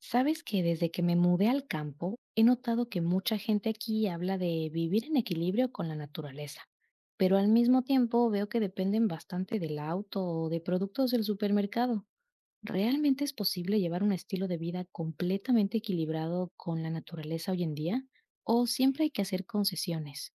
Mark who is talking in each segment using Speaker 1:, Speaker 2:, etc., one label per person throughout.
Speaker 1: Sabes que desde que me mudé al campo, he notado que mucha gente aquí habla de vivir en equilibrio con la naturaleza, pero al mismo tiempo veo que dependen bastante del auto o de productos del supermercado. ¿Realmente es posible llevar un estilo de vida completamente equilibrado con la naturaleza hoy en día? ¿O siempre hay que hacer concesiones?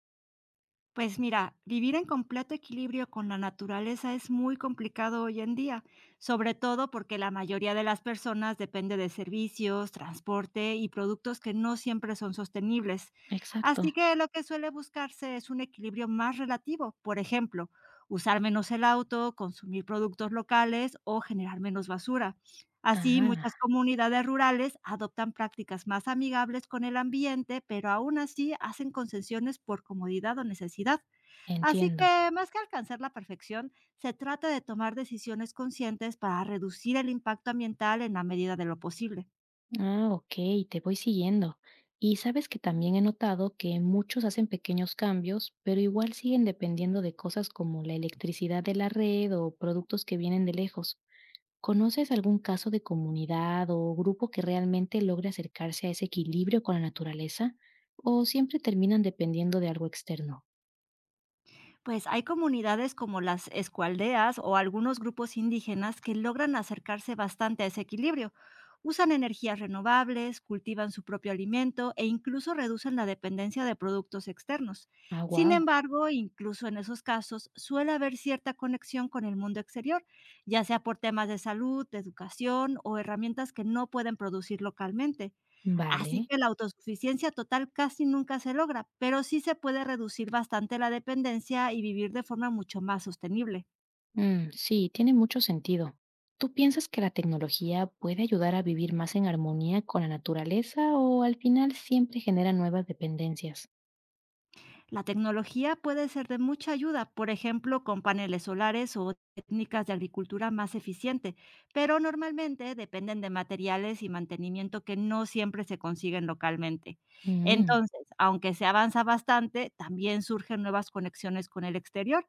Speaker 2: Pues mira, vivir en completo equilibrio con la naturaleza es muy complicado hoy en día, sobre todo porque la mayoría de las personas depende de servicios, transporte y productos que no siempre son sostenibles.
Speaker 1: Exacto.
Speaker 2: Así que lo que suele buscarse es un equilibrio más relativo, por ejemplo, usar menos el auto, consumir productos locales o generar menos basura. Así,
Speaker 1: Ah,
Speaker 2: muchas comunidades rurales adoptan prácticas más amigables con el ambiente, pero aún así hacen concesiones por comodidad o necesidad. Así
Speaker 1: entiendo.
Speaker 2: que, más que alcanzar la perfección, se trata de tomar decisiones conscientes para reducir el impacto ambiental en la medida de lo posible.
Speaker 1: Ah, ok, te voy siguiendo. Y sabes que también he notado que muchos hacen pequeños cambios, pero igual siguen dependiendo de cosas como la electricidad de la red o productos que vienen de lejos. ¿Conoces algún caso de comunidad o grupo que realmente logre acercarse a ese equilibrio con la naturaleza? ¿O siempre terminan dependiendo de algo externo?
Speaker 2: Pues hay comunidades como las escualdeas o algunos grupos indígenas que logran acercarse bastante a ese equilibrio. Usan energías renovables, cultivan su propio alimento e incluso reducen la dependencia de productos externos.
Speaker 1: Ah,
Speaker 2: Sin
Speaker 1: wow.
Speaker 2: embargo, incluso en esos casos suele haber cierta conexión con el mundo exterior, ya sea por temas de salud, de educación o herramientas que no pueden producir localmente. Así
Speaker 1: Vale.
Speaker 2: que la autosuficiencia total casi nunca se logra, pero sí se puede reducir bastante la dependencia y vivir de forma mucho más sostenible.
Speaker 1: Mm, sí, tiene mucho sentido. ¿Tú piensas que la tecnología puede ayudar a vivir más en armonía con la naturaleza o al final siempre genera nuevas dependencias?
Speaker 2: La tecnología puede ser de mucha ayuda, por ejemplo, con paneles solares o técnicas de agricultura más eficiente, pero normalmente dependen de materiales y mantenimiento que no siempre se consiguen localmente.
Speaker 1: Mm,
Speaker 2: Entonces, aunque se avanza bastante, también surgen nuevas conexiones con el exterior.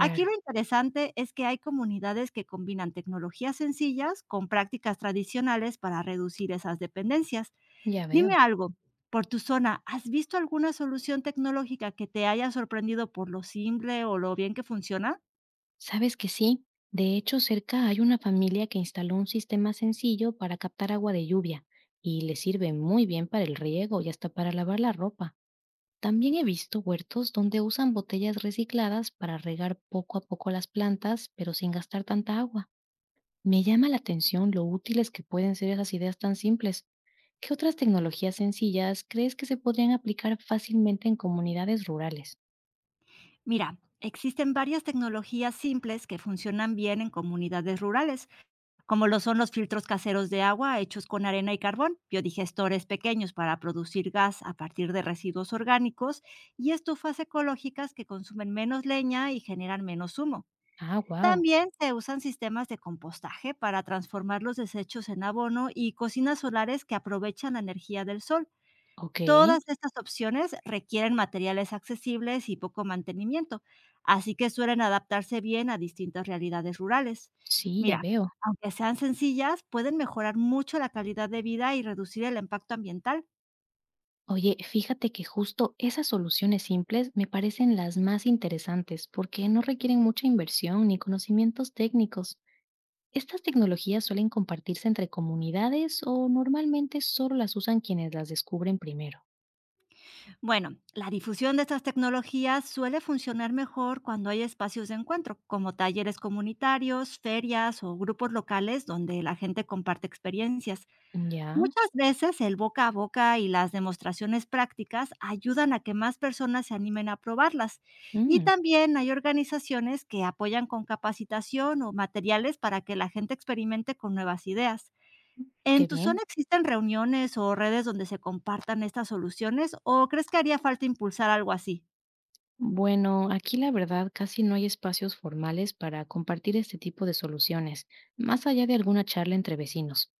Speaker 2: Aquí lo interesante es que hay comunidades que combinan tecnologías sencillas con prácticas tradicionales para reducir esas dependencias.
Speaker 1: ya
Speaker 2: Dime
Speaker 1: veo.
Speaker 2: algo, por tu zona, ¿has visto alguna solución tecnológica que te haya sorprendido por lo simple o lo bien que funciona?
Speaker 1: ¿Sabes que sí? De hecho, cerca hay una familia que instaló un sistema sencillo para captar agua de lluvia y le sirve muy bien para el riego y hasta para lavar la ropa. También he visto huertos donde usan botellas recicladas para regar poco a poco las plantas, pero sin gastar tanta agua. Me llama la atención lo útiles que pueden ser esas ideas tan simples. ¿Qué otras tecnologías sencillas crees que se podrían aplicar fácilmente en comunidades rurales?
Speaker 2: Mira, existen varias tecnologías simples que funcionan bien en comunidades rurales, como lo son los filtros caseros de agua hechos con arena y carbón, biodigestores pequeños para producir gas a partir de residuos orgánicos y estufas ecológicas que consumen menos leña y generan menos humo.
Speaker 1: Ah, wow.
Speaker 2: También se usan sistemas de compostaje para transformar los desechos en abono y cocinas solares que aprovechan la energía del sol.
Speaker 1: Ok.
Speaker 2: Todas estas opciones requieren materiales accesibles y poco mantenimiento, así que suelen adaptarse bien a distintas realidades rurales.
Speaker 1: Sí, ya
Speaker 2: Mira,
Speaker 1: veo.
Speaker 2: aunque sean sencillas, pueden mejorar mucho la calidad de vida y reducir el impacto ambiental.
Speaker 1: Oye, fíjate que justo esas soluciones simples me parecen las más interesantes porque no requieren mucha inversión ni conocimientos técnicos. ¿Estas tecnologías suelen compartirse entre comunidades o normalmente solo las usan quienes las descubren primero?
Speaker 2: Bueno, la difusión de estas tecnologías suele funcionar mejor cuando hay espacios de encuentro, como talleres comunitarios, ferias o grupos locales donde la gente comparte experiencias.
Speaker 1: Ya.
Speaker 2: Muchas veces el boca a boca y las demostraciones prácticas ayudan a que más personas se animen a probarlas. Y
Speaker 1: Mm,
Speaker 2: también hay organizaciones que apoyan con capacitación o materiales para que la gente experimente con nuevas ideas.
Speaker 1: qué
Speaker 2: ¿En tu
Speaker 1: bien.
Speaker 2: zona existen reuniones o redes donde se compartan estas soluciones o crees que haría falta impulsar algo así?
Speaker 1: Bueno, aquí la verdad casi no hay espacios formales para compartir este tipo de soluciones, más allá de alguna charla entre vecinos.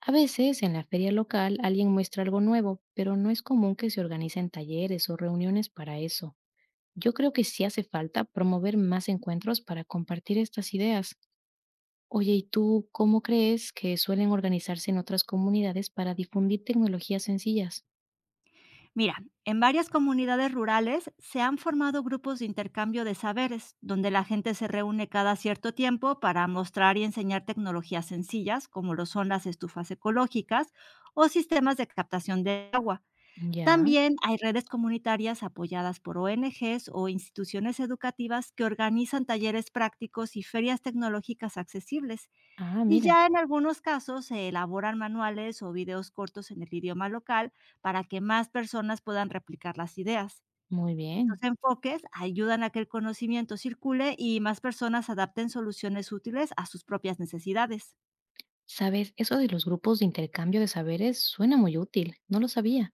Speaker 1: A veces en la feria local alguien muestra algo nuevo, pero no es común que se organicen talleres o reuniones para eso. Yo creo que sí hace falta promover más encuentros para compartir estas ideas. Oye, ¿y tú cómo crees que suelen organizarse en otras comunidades para difundir tecnologías sencillas?
Speaker 2: Mira, en varias comunidades rurales se han formado grupos de intercambio de saberes, donde la gente se reúne cada cierto tiempo para mostrar y enseñar tecnologías sencillas, como lo son las estufas ecológicas o sistemas de captación de agua.
Speaker 1: Ya.
Speaker 2: También hay redes comunitarias apoyadas por ONGs o instituciones educativas que organizan talleres prácticos y ferias tecnológicas accesibles.
Speaker 1: Ah,
Speaker 2: Y
Speaker 1: mira,
Speaker 2: ya en algunos casos se elaboran manuales o videos cortos en el idioma local para que más personas puedan replicar las ideas.
Speaker 1: muy
Speaker 2: Estos
Speaker 1: bien.
Speaker 2: enfoques ayudan a que el conocimiento circule y más personas adapten soluciones útiles a sus propias necesidades.
Speaker 1: Sabes, eso de los grupos de intercambio de saberes suena muy útil, no lo sabía.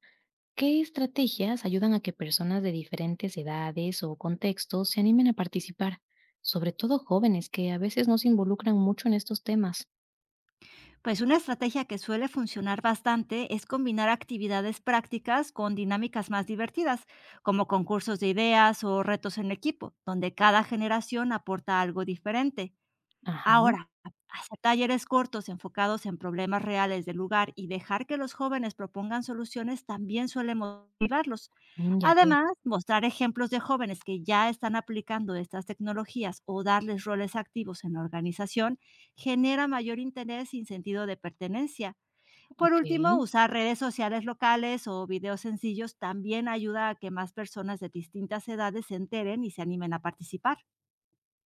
Speaker 1: ¿Qué estrategias ayudan a que personas de diferentes edades o contextos se animen a participar? Sobre todo jóvenes que a veces no se involucran mucho en estos temas.
Speaker 2: Pues una estrategia que suele funcionar bastante es combinar actividades prácticas con dinámicas más divertidas, como concursos de ideas o retos en equipo, donde cada generación aporta algo diferente.
Speaker 1: Ajá,
Speaker 2: Ahora, ha hacer talleres cortos enfocados en problemas reales del lugar y dejar que los jóvenes propongan soluciones también suele motivarlos.
Speaker 1: mm, ya veo.
Speaker 2: Además, mostrar ejemplos de jóvenes que ya están aplicando estas tecnologías o darles roles activos en la organización genera mayor interés y sentido de pertenencia. Por
Speaker 1: Ok,
Speaker 2: último, usar redes sociales locales o videos sencillos también ayuda a que más personas de distintas edades se enteren y se animen a participar.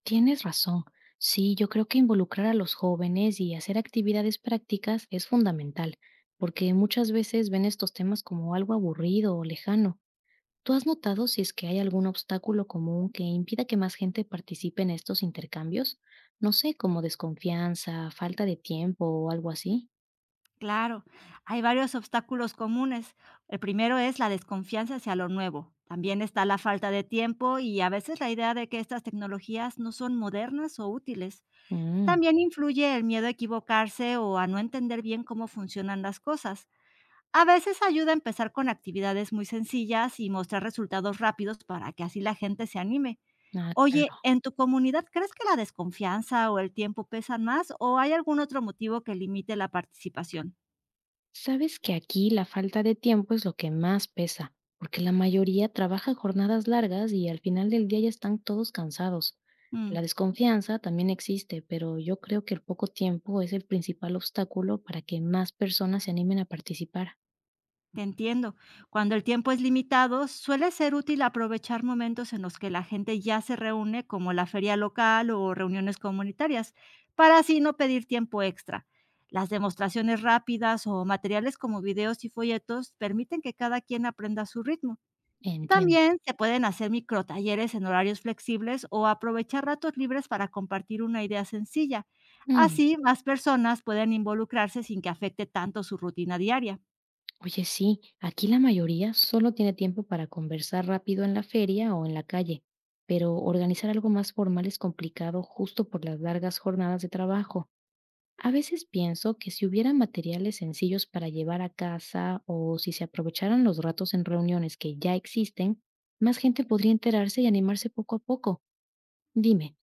Speaker 1: tienes razón. Sí, yo creo que involucrar a los jóvenes y hacer actividades prácticas es fundamental, porque muchas veces ven estos temas como algo aburrido o lejano. ¿Tú has notado si es que hay algún obstáculo común que impida que más gente participe en estos intercambios? No sé, como desconfianza, falta de tiempo o algo así.
Speaker 2: Claro, hay varios obstáculos comunes. El primero es la desconfianza hacia lo nuevo. También está la falta de tiempo y a veces la idea de que estas tecnologías no son modernas o útiles.
Speaker 1: Mm,
Speaker 2: También influye el miedo a equivocarse o a no entender bien cómo funcionan las cosas. A veces ayuda a empezar con actividades muy sencillas y mostrar resultados rápidos para que así la gente se anime.
Speaker 1: ah, claro.
Speaker 2: Oye, ¿en tu comunidad crees que la desconfianza o el tiempo pesan más o hay algún otro motivo que limite la participación?
Speaker 1: Sabes que aquí la falta de tiempo es lo que más pesa, porque la mayoría trabaja jornadas largas y al final del día ya están todos cansados.
Speaker 2: Mm.
Speaker 1: La desconfianza también existe, pero yo creo que el poco tiempo es el principal obstáculo para que más personas se animen a participar.
Speaker 2: Te entiendo. Cuando el tiempo es limitado, suele ser útil aprovechar momentos en los que la gente ya se reúne, como la feria local o reuniones comunitarias, para así no pedir tiempo extra. Las demostraciones rápidas o materiales como videos y folletos permiten que cada quien aprenda a su ritmo.
Speaker 1: Entiendo.
Speaker 2: También se pueden hacer microtalleres en horarios flexibles o aprovechar ratos libres para compartir una idea sencilla.
Speaker 1: Mm.
Speaker 2: Así, más personas pueden involucrarse sin que afecte tanto su rutina diaria.
Speaker 1: Oye, sí, aquí la mayoría solo tiene tiempo para conversar rápido en la feria o en la calle, pero organizar algo más formal es complicado justo por las largas jornadas de trabajo. A veces pienso que si hubiera materiales sencillos para llevar a casa o si se aprovecharan los ratos en reuniones que ya existen, más gente podría enterarse y animarse poco a poco. Dime,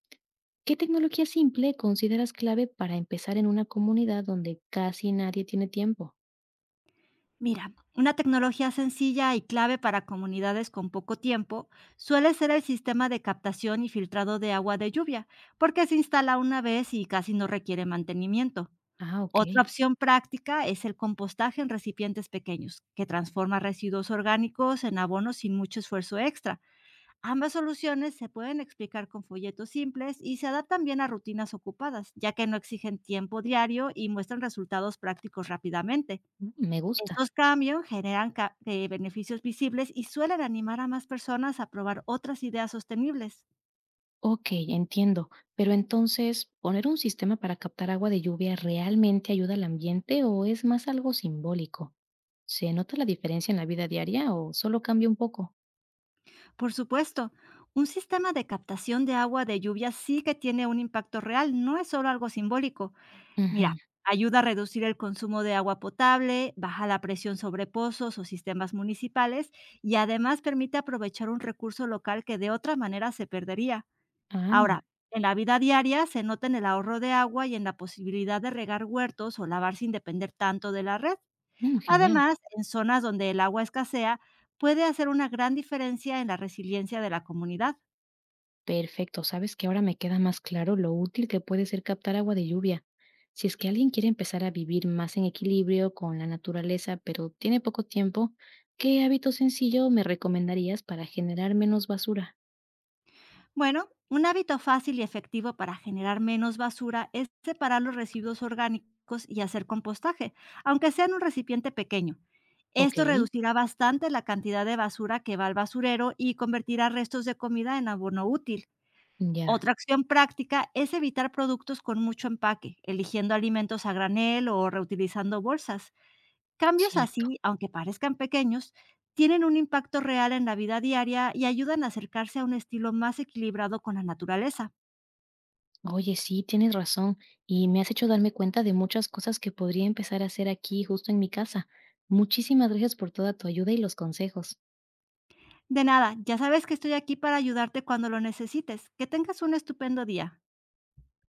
Speaker 1: ¿qué tecnología simple consideras clave para empezar en una comunidad donde casi nadie tiene tiempo?
Speaker 2: Mira, una tecnología sencilla y clave para comunidades con poco tiempo suele ser el sistema de captación y filtrado de agua de lluvia, porque se instala una vez y casi no requiere mantenimiento.
Speaker 1: Ah, ok,
Speaker 2: Otra opción práctica es el compostaje en recipientes pequeños, que transforma residuos orgánicos en abono sin mucho esfuerzo extra. Ambas soluciones se pueden explicar con folletos simples y se adaptan bien a rutinas ocupadas, ya que no exigen tiempo diario y muestran resultados prácticos rápidamente.
Speaker 1: mm, me gusta.
Speaker 2: Estos cambios generan beneficios visibles y suelen animar a más personas a probar otras ideas sostenibles.
Speaker 1: Ok, entiendo. Pero entonces, ¿poner un sistema para captar agua de lluvia realmente ayuda al ambiente o es más algo simbólico? ¿Se nota la diferencia en la vida diaria o solo cambia un poco?
Speaker 2: Por supuesto, un sistema de captación de agua de lluvia sí que tiene un impacto real, no es solo algo simbólico. Mira,
Speaker 1: Ujú.
Speaker 2: ayuda a reducir el consumo de agua potable, baja la presión sobre pozos o sistemas municipales y además permite aprovechar un recurso local que de otra manera se perdería.
Speaker 1: Ah,
Speaker 2: Ahora, en la vida diaria se nota en el ahorro de agua y en la posibilidad de regar huertos o lavar sin depender tanto de la red.
Speaker 1: mm, genial.
Speaker 2: Además, en zonas donde el agua escasea, puede hacer una gran diferencia en la resiliencia de la comunidad.
Speaker 1: Perfecto. Sabes que ahora me queda más claro lo útil que puede ser captar agua de lluvia. Si es que alguien quiere empezar a vivir más en equilibrio con la naturaleza, pero tiene poco tiempo, ¿qué hábito sencillo me recomendarías para generar menos basura?
Speaker 2: Bueno, un hábito fácil y efectivo para generar menos basura es separar los residuos orgánicos y hacer compostaje, aunque sea en un recipiente pequeño.
Speaker 1: Ok,
Speaker 2: Esto reducirá bastante la cantidad de basura que va al basurero y convertirá restos de comida en abono útil.
Speaker 1: ya,
Speaker 2: Otra acción práctica es evitar productos con mucho empaque, eligiendo alimentos a granel o reutilizando bolsas. Cambios
Speaker 1: cierto.
Speaker 2: así, aunque parezcan pequeños, tienen un impacto real en la vida diaria y ayudan a acercarse a un estilo más equilibrado con la naturaleza.
Speaker 1: Oye, sí, tienes razón, y me has hecho darme cuenta de muchas cosas que podría empezar a hacer aquí, justo en mi casa. Muchísimas gracias por toda tu ayuda y los consejos.
Speaker 2: De nada, ya sabes que estoy aquí para ayudarte cuando lo necesites. Que tengas un estupendo día.